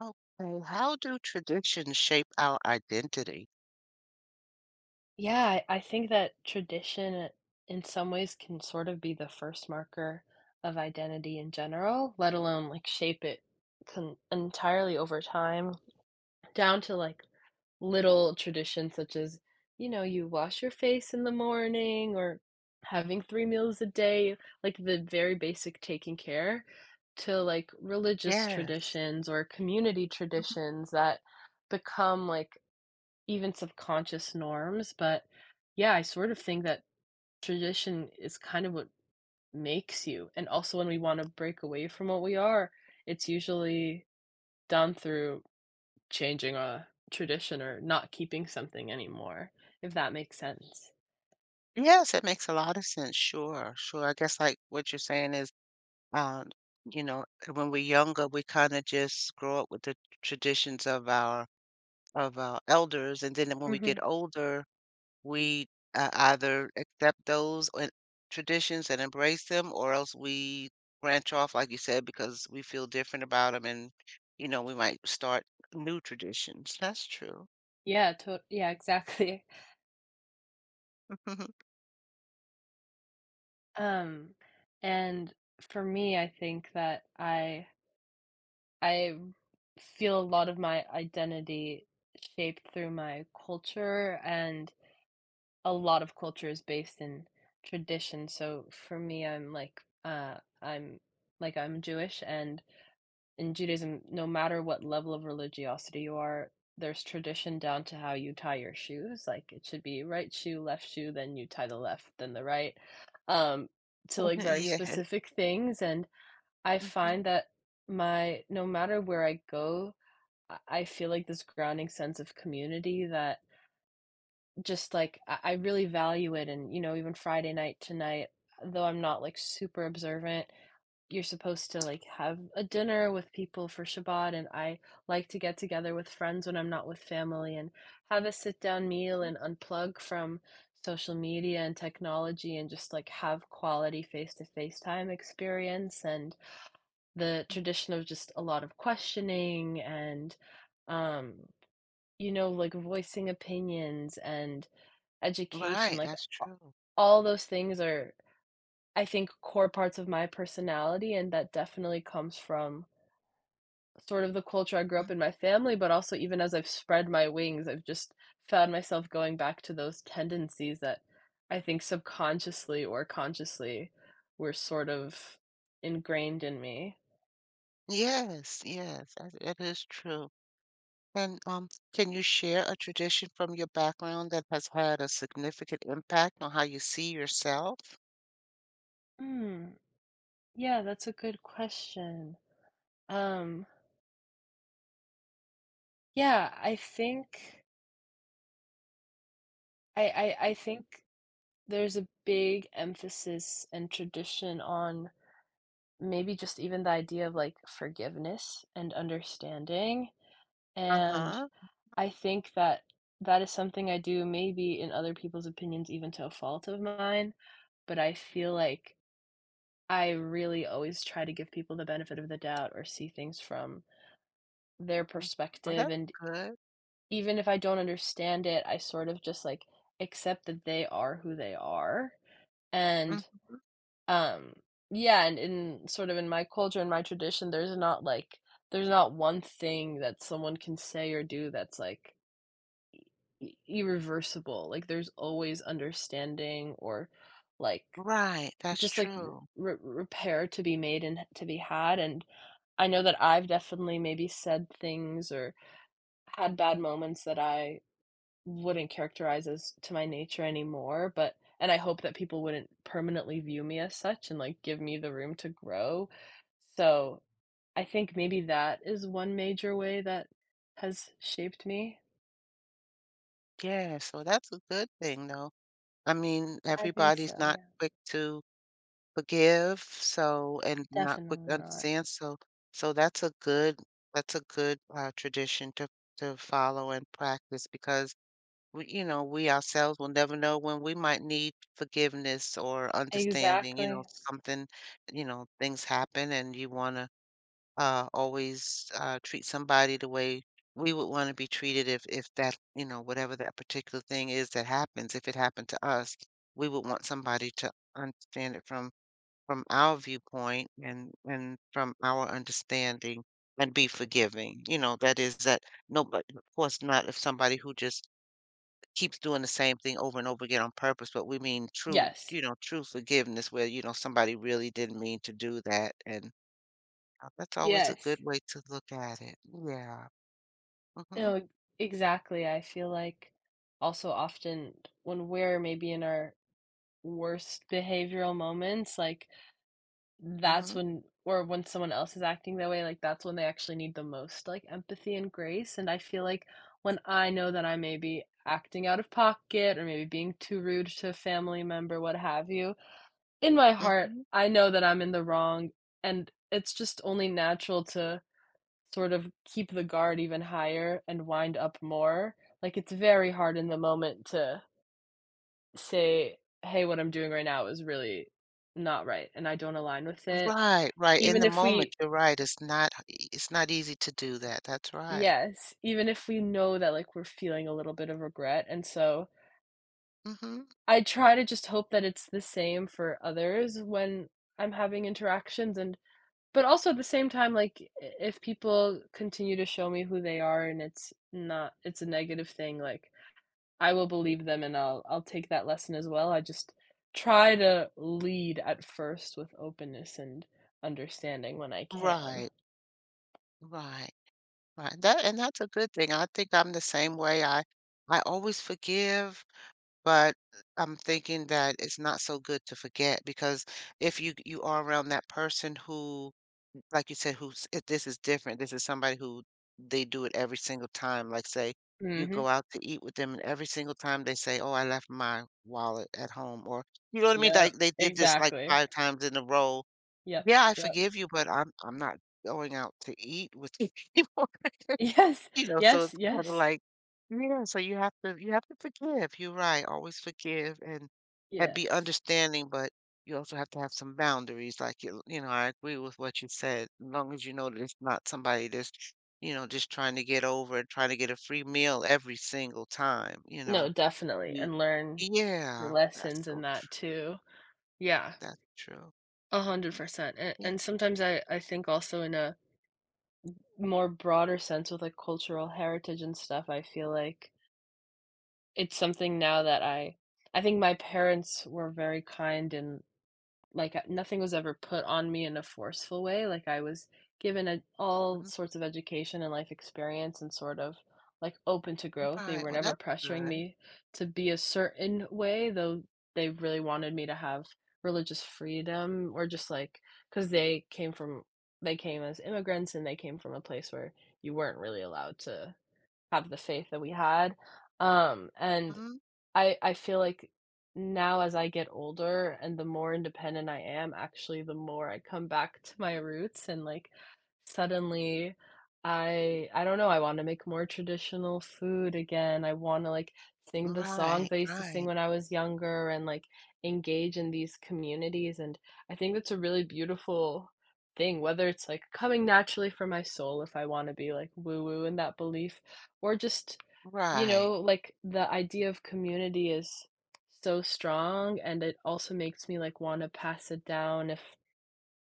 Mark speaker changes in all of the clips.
Speaker 1: Okay, how do traditions shape our identity?
Speaker 2: Yeah, I think that tradition in some ways can sort of be the first marker of identity in general, let alone like shape it con entirely over time, down to like little traditions such as, you know, you wash your face in the morning or having three meals a day, like the very basic taking care, to like religious
Speaker 1: Yes.
Speaker 2: traditions or community
Speaker 1: Mhm.
Speaker 2: traditions that become like even subconscious norms, but yeah, I sort of think that tradition is kind of what makes you. And also, when we want to break away from what we are, it's usually done through changing a tradition or not keeping something anymore, if that makes sense.
Speaker 1: Yes, it makes a lot of sense. Sure, sure. I guess like what you're saying is, um, you know, when we're younger, we kind of just grow up with the traditions of our elders, and then when we
Speaker 2: hmm
Speaker 1: get older, we either accept traditions and embrace them, or else we branch off, like you said, because we feel different about them, and you know, we might start new traditions. That's true.
Speaker 2: Yeah, yeah, exactly. Um, and for me, I think that I feel a lot of my identity shaped through my culture and a lot of culture is based in tradition. So for me, uh, I'm I'm Jewish, and in Judaism, no matter what level of religiosity you are, there's tradition down to how you tie your shoes. Like it should be right shoe, left shoe, then you tie the left, then the right, um, to like very
Speaker 1: Yes.
Speaker 2: specific things. And I
Speaker 1: Mhm.
Speaker 2: find that my no matter where I go, I feel like this grounding sense of community that just like I really value it. And even Friday night tonight, though I'm not like super observant, you're supposed to like have a dinner with people for Shabbat, and I like to get together with friends when I'm not with family and have a sit down meal and unplug from social media and technology and just like have quality face to face time experience. And the
Speaker 1: Mm.
Speaker 2: tradition of just a lot of questioning and um like voicing opinions and education,
Speaker 1: Right,
Speaker 2: like, a
Speaker 1: that's true.
Speaker 2: all those things are, I think, core parts of my personality, and that definitely comes from sort of the culture I grew up
Speaker 1: Mm.
Speaker 2: in my family, but also even as I've spread my wings, I've just found myself going back to those tendencies that I think subconsciously or consciously were sort of ingrained in me.
Speaker 1: Yes, yes, that is true. And can you share a tradition from your background that has had a significant impact on how you see yourself?
Speaker 2: Mm, yeah, that's a good question. Um, yeah, I think there's a big emphasis and tradition on maybe just even the idea of, like, forgiveness and understanding. And
Speaker 1: Uh-huh.
Speaker 2: I think that that is something I do maybe in other people's opinions even to a fault of mine, but I feel like I really always try to give people the benefit of the doubt or see things from their
Speaker 1: Mhm. Well,
Speaker 2: perspective,
Speaker 1: that's
Speaker 2: and
Speaker 1: good.
Speaker 2: even if I don't understand it, I sort of just, like, accept that they are who they are. And
Speaker 1: Mhm.
Speaker 2: Um, yeah, and in sort of in my culture and my tradition, there's not like there's not one thing that someone can say or do that's like I irreversible. Like there's always understanding, or like
Speaker 1: Right, that's
Speaker 2: just like r
Speaker 1: true.
Speaker 2: r repair to be made and to be had. And I know that I've definitely maybe said things or had bad moments that I wouldn't characterize as to my nature anymore, but and I hope that people wouldn't permanently view me as such and like give me the room to grow. So I think maybe that is one major way that has shaped me.
Speaker 1: Yeah, so that's a good thing, though. I mean,
Speaker 2: I think so,
Speaker 1: everybody's not
Speaker 2: yeah.
Speaker 1: quick to forgive, so and not quick
Speaker 2: Definitely
Speaker 1: to
Speaker 2: not.
Speaker 1: understand, so so that's a good, tradition to follow and practice because we you know, we ourselves will never know when we might need forgiveness or understanding, you know,
Speaker 2: Exactly.
Speaker 1: something you know, things happen and you wanna, always, treat somebody the way we would wanna be treated if that you know, whatever that particular thing is that happens, if it happened to us, we would want somebody to understand it from our viewpoint and from our understanding and be forgiving. You know, that is that nobody, of course, not if somebody who just keeps doing the same thing over and over again on purpose, but we mean true,
Speaker 2: Yes.
Speaker 1: you know, true forgiveness where, you know, somebody really didn't mean to do that. And that's always a good
Speaker 2: Yes.
Speaker 1: way to look at it. Yeah. Mm-hmm.
Speaker 2: No, exactly. I feel like also often when we're maybe in our worst behavioral moments, like
Speaker 1: Mm-hmm.
Speaker 2: that's when, or when someone else is acting that way, like, that's when they actually need the most, like, empathy and grace. And I feel like when I know that I may be acting out of pocket or maybe being too rude to a family member, what have you, in my heart,
Speaker 1: Mm-hmm.
Speaker 2: I know that I'm in the wrong, and it's just only natural to sort of keep the guard even higher and wind up more. Like, it's very hard in the moment to say, "Hey, what I'm doing right now is really not right, and I don't align with it."
Speaker 1: Right, right. In
Speaker 2: Even
Speaker 1: the
Speaker 2: if
Speaker 1: moment,
Speaker 2: we—
Speaker 1: you're right. It's not easy to do that. That's right.
Speaker 2: yes, even if we know that, like, we're feeling a little bit of regret. And so
Speaker 1: Mm-hmm.
Speaker 2: I try to just hope that it's the same for others when I'm having interactions. And but also at the same time, like, I if people continue to show me who they are and it's not— it's a negative thing, like, I will believe them, and I'll take that lesson as well. I just try to lead at first with openness and understanding when I can.
Speaker 1: Right, right. Right, that and that's a good thing. I think I'm the same way. I always forgive, but I'm thinking that it's not so good to forget because if you you are around that person who, like you said, who's if this is different. This is somebody who they do it every single time. Like say you
Speaker 2: Mhm.
Speaker 1: go out to eat with them, and every single time they say, "Oh, I left my wallet at home," or you know what I mean? Like
Speaker 2: Yep,
Speaker 1: they did this like
Speaker 2: exactly.
Speaker 1: five times in a row.
Speaker 2: Yep,
Speaker 1: Yeah, I
Speaker 2: yep.
Speaker 1: forgive you, but I'm not going out to eat with you.
Speaker 2: Yes,
Speaker 1: You know, so
Speaker 2: yes,
Speaker 1: it's kind of
Speaker 2: yes,
Speaker 1: like yeah, so you have to forgive. You're right, always forgive and be
Speaker 2: yes.
Speaker 1: understanding, but you also have to have some boundaries. Like you know, I agree with what you said. As long as you know that it's not somebody that's, you know, just trying to get over and trying to get a free meal every single time. You
Speaker 2: No,
Speaker 1: know,
Speaker 2: definitely,
Speaker 1: you,
Speaker 2: and learn your
Speaker 1: yeah,
Speaker 2: lessons in that too. Yeah,
Speaker 1: that's true. hmm
Speaker 2: 100%, and
Speaker 1: Yeah,
Speaker 2: and sometimes I think also in a more broader sense with, like, cultural heritage and stuff, I feel like it's something now that I— I think my parents were very kind in— like, nothing was ever put on me in a forceful way. Like, I was given a all
Speaker 1: hmm
Speaker 2: sorts of education and life experience and sort of, like, open to growth. They
Speaker 1: right.
Speaker 2: were
Speaker 1: Well,
Speaker 2: never
Speaker 1: that's
Speaker 2: pressuring
Speaker 1: good.
Speaker 2: me to be a certain way, though they really wanted me to have religious freedom, or just, like, because they came as immigrants, and they came from a place where you weren't really allowed to have the faith that we had, and
Speaker 1: Mhm.
Speaker 2: I feel like now as I get older and the more independent I am, actually, the more I come back to my roots. And like, suddenly, I don't know, I want to make more traditional food again. I want to like sing the songs
Speaker 1: Right,
Speaker 2: I used to sing
Speaker 1: right,
Speaker 2: when I was younger and like engage in these communities. And I think that's a really beautiful thing, whether it's like coming naturally from my soul if I want to be like woo woo in that belief, or just, you
Speaker 1: right,
Speaker 2: know, like, the idea of community is so strong. And it also makes me, like, wanna pass it down. If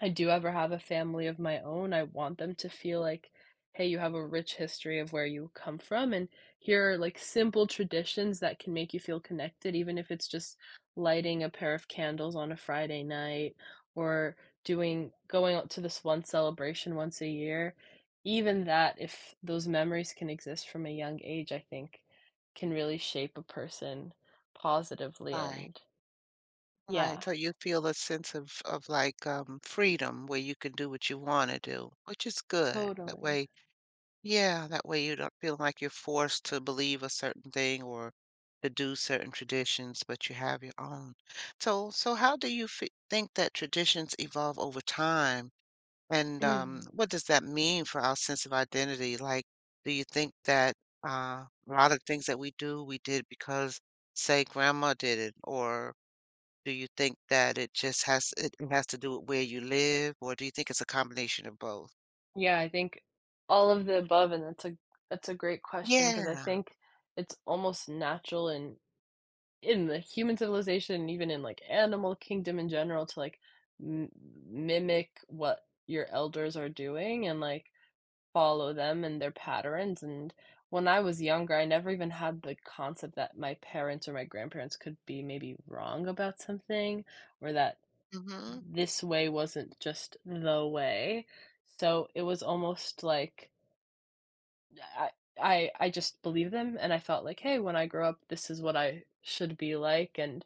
Speaker 2: I do ever have a family of my own, I want them to feel like, hey, you have a rich history of where you come from, and here are like simple traditions that can make you feel connected, even if it's just lighting a pair of candles on a Friday night, or doing going out to this one celebration once a year. Even that, if those memories can exist from a young age, I think can really shape a person positively.
Speaker 1: right.
Speaker 2: And
Speaker 1: Right,
Speaker 2: yeah,
Speaker 1: so you feel a sense of, like, freedom where you can do what you wanna do, which is good. That
Speaker 2: totally.
Speaker 1: way yeah, that way you don't feel like you're forced to believe a certain thing or to do certain traditions, but you have your own. So so how do you fe think that traditions evolve over time? And,
Speaker 2: Mhm.
Speaker 1: what does that mean for our sense of identity? Like, do you think that, a lot of things that we do, we did because, say, grandma did it or do you think that it just has it has to do with where you live, or do you think it's a combination of both?
Speaker 2: Yeah, I think all of the above, and that's a— that's a great question, because I
Speaker 1: Yeah.
Speaker 2: think it's almost natural in— in the human civilization and even in like animal kingdom in general to like m- mimic what your elders are doing and like follow them and their patterns. And when I was younger, I never even had the concept that my parents or my grandparents could be maybe wrong about something, or that
Speaker 1: Mhm.
Speaker 2: this way wasn't just the way. So it was almost like I I just believe them, and I felt like, "Hey, when I grow up, this is what I should be like." And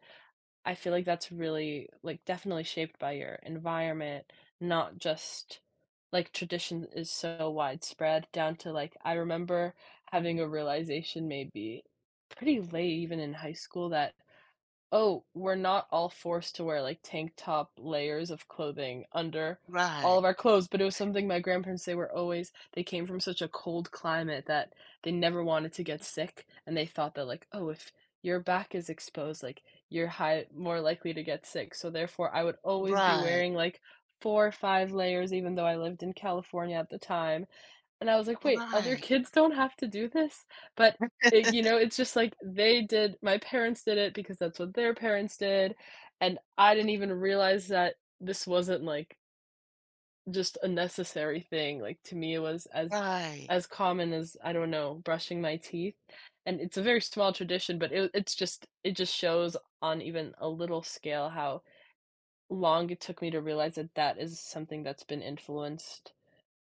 Speaker 2: I feel like that's really, like, definitely shaped by your environment, not just— like, tradition is so widespread down to, like, I remember having a realization maybe pretty late even in high school that— oh, we're not all forced to wear, like, tank top layers of clothing under all
Speaker 1: Right.
Speaker 2: of our clothes. But it was something my grandparents— they were always— they came from such a cold climate that they never wanted to get sick, and they thought that, like, "Oh, if your back is exposed, like, you're high more likely to get sick." So, therefore, I would always be
Speaker 1: Right.
Speaker 2: wearing, like, 4 or 5 layers even though I lived in California at the time, and I was like, "Wait, other
Speaker 1: Right.
Speaker 2: kids don't have to do this?" But it, you know, it's just like they did my parents did it because that's what their parents did, and I didn't
Speaker 1: Mhm.
Speaker 2: even realize that this wasn't, like, just a necessary thing. Like, to me, it was
Speaker 1: Right.
Speaker 2: as common as, I don't know, brushing my teeth. And it's a very small tradition, but it— it's just— it just shows on even a little scale how long it took me to realize that that is something that's been influenced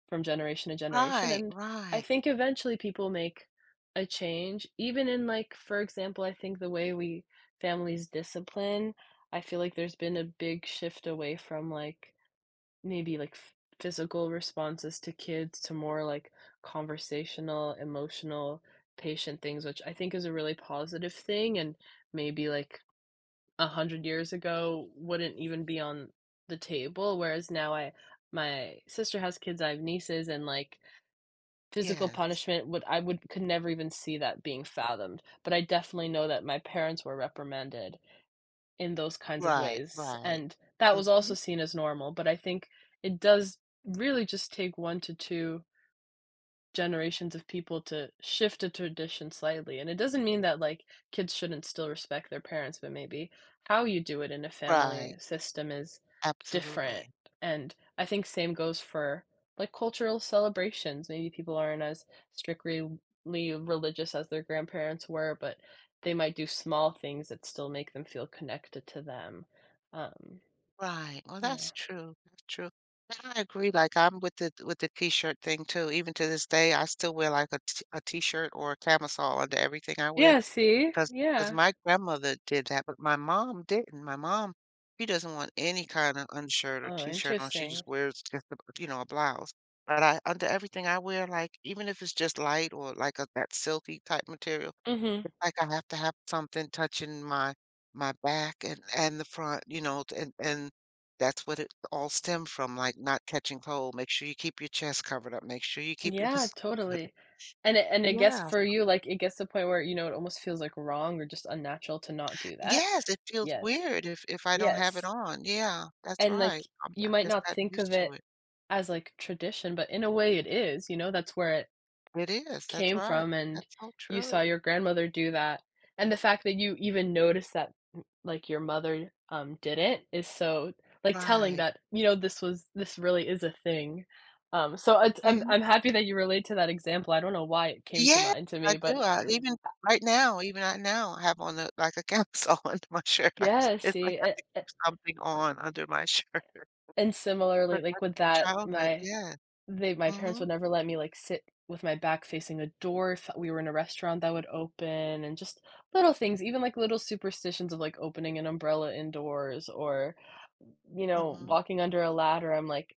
Speaker 2: from generation to generation.
Speaker 1: Right.
Speaker 2: And I
Speaker 1: Right.
Speaker 2: think eventually people make a change, even in, like, for example, I think the way we families discipline, I feel like there's been a big shift away from, like, maybe, like, ph physical responses to kids, to more, like, conversational, emotional, patient things, which I think is a really positive thing. And maybe, like, 100 years ago wouldn't even be on the table, whereas now I— my sister has kids, I have nieces, and, like, physical
Speaker 1: Yeah.
Speaker 2: punishment— would I would could never even see that being fathomed. But I definitely know that my parents were reprimanded in those kinds of
Speaker 1: Right.
Speaker 2: ways,
Speaker 1: Right.
Speaker 2: and that was also
Speaker 1: Mhm.
Speaker 2: seen as normal. But I think it does really just take 1 to 2 generations of people to shift a tradition slightly, and it doesn't mean that, like, kids shouldn't still respect their parents, but maybe how you do it in a family
Speaker 1: Right.
Speaker 2: system is different.
Speaker 1: Absolutely.
Speaker 2: And I think same goes for, like, cultural celebrations. Maybe people aren't as strictly religious as their grandparents were, but they might do small things that still make them feel connected to them. Um,
Speaker 1: Right. Well,
Speaker 2: yeah.
Speaker 1: that's true. That's true. And I agree. Like I'm with the t-shirt thing too. Even to this day, I still wear like a t-shirt or a camisole under everything I wear.
Speaker 2: Yeah, see?
Speaker 1: Cause, cause
Speaker 2: Yeah.
Speaker 1: my grandmother did that, but my mom didn't. My mom, she doesn't want any kinda undershirt or
Speaker 2: Oh,
Speaker 1: T-shirt on, she
Speaker 2: interesting.
Speaker 1: just wears just a you know, a blouse. But I under everything I wear, like, even if it's just light or like a that silky type material,
Speaker 2: Mhm.
Speaker 1: it's like I have to have something touching my my back and the front, you know, and that's what it all stemmed from, like, not catching cold, make sure you keep your chest covered up, make sure you keep your
Speaker 2: Yeah, totally. And I— and I guess
Speaker 1: Yeah.
Speaker 2: for you, like, it gets to the point where, you know, it almost feels, like, wrong or just unnatural to not do that.
Speaker 1: Yes, it feels
Speaker 2: Yes.
Speaker 1: weird if I don't have it
Speaker 2: Yes.
Speaker 1: on. Yeah, that's
Speaker 2: And, like,
Speaker 1: right. I'm
Speaker 2: you
Speaker 1: I've
Speaker 2: might
Speaker 1: just
Speaker 2: not
Speaker 1: gotten
Speaker 2: think of
Speaker 1: used to
Speaker 2: it
Speaker 1: it.
Speaker 2: as, like, tradition, but in a way it is, you know, that's where
Speaker 1: It is, that's
Speaker 2: came
Speaker 1: right.
Speaker 2: from. And
Speaker 1: That's so
Speaker 2: you
Speaker 1: true.
Speaker 2: saw your grandmother do that, and the fact that you even noticed that, mm, like, your mother, did it is so, like, telling
Speaker 1: Right.
Speaker 2: that, you know, this was— this really is a thing. So it's— I'm
Speaker 1: Mhm.
Speaker 2: I'm happy that you relate to that example. I don't know why it came to
Speaker 1: Yes,
Speaker 2: mind to
Speaker 1: I
Speaker 2: me, but
Speaker 1: do. I even right now, I have on a like a camisole under my shirt. I
Speaker 2: yeah,
Speaker 1: it's like
Speaker 2: see,
Speaker 1: I have to
Speaker 2: a
Speaker 1: keep something on under my shirt.
Speaker 2: and similarly,
Speaker 1: But
Speaker 2: like,
Speaker 1: that's
Speaker 2: with that,
Speaker 1: childhood,
Speaker 2: my
Speaker 1: yes.
Speaker 2: they— my parents
Speaker 1: Mhm.
Speaker 2: would never let me, like, sit with my back facing a door if we were in a restaurant that would open. And just little things, even, like, little superstitions of, like, opening an umbrella indoors, or, you know,
Speaker 1: Mhm.
Speaker 2: walking under a ladder. I'm like,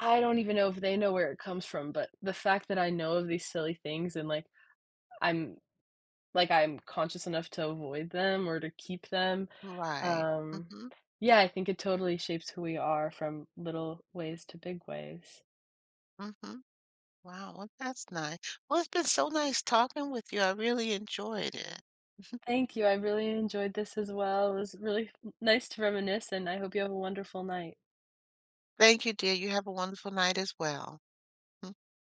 Speaker 2: I don't even know if they know where it comes from, but the fact that I know of these silly things, and, like, I'm— like, I'm conscious enough to avoid them or to keep them,
Speaker 1: Right.
Speaker 2: um,
Speaker 1: Mhm.
Speaker 2: yeah, I think it totally shapes who we are from little ways to big ways.
Speaker 1: Mhm. Wow, well, that's nice. Well, it's been so nice talking with you. I really enjoyed it.
Speaker 2: Thank you, I really enjoyed this as well. It was really nice to reminisce, and I hope you have a wonderful night.
Speaker 1: Thank you, dear. You have a wonderful night as well.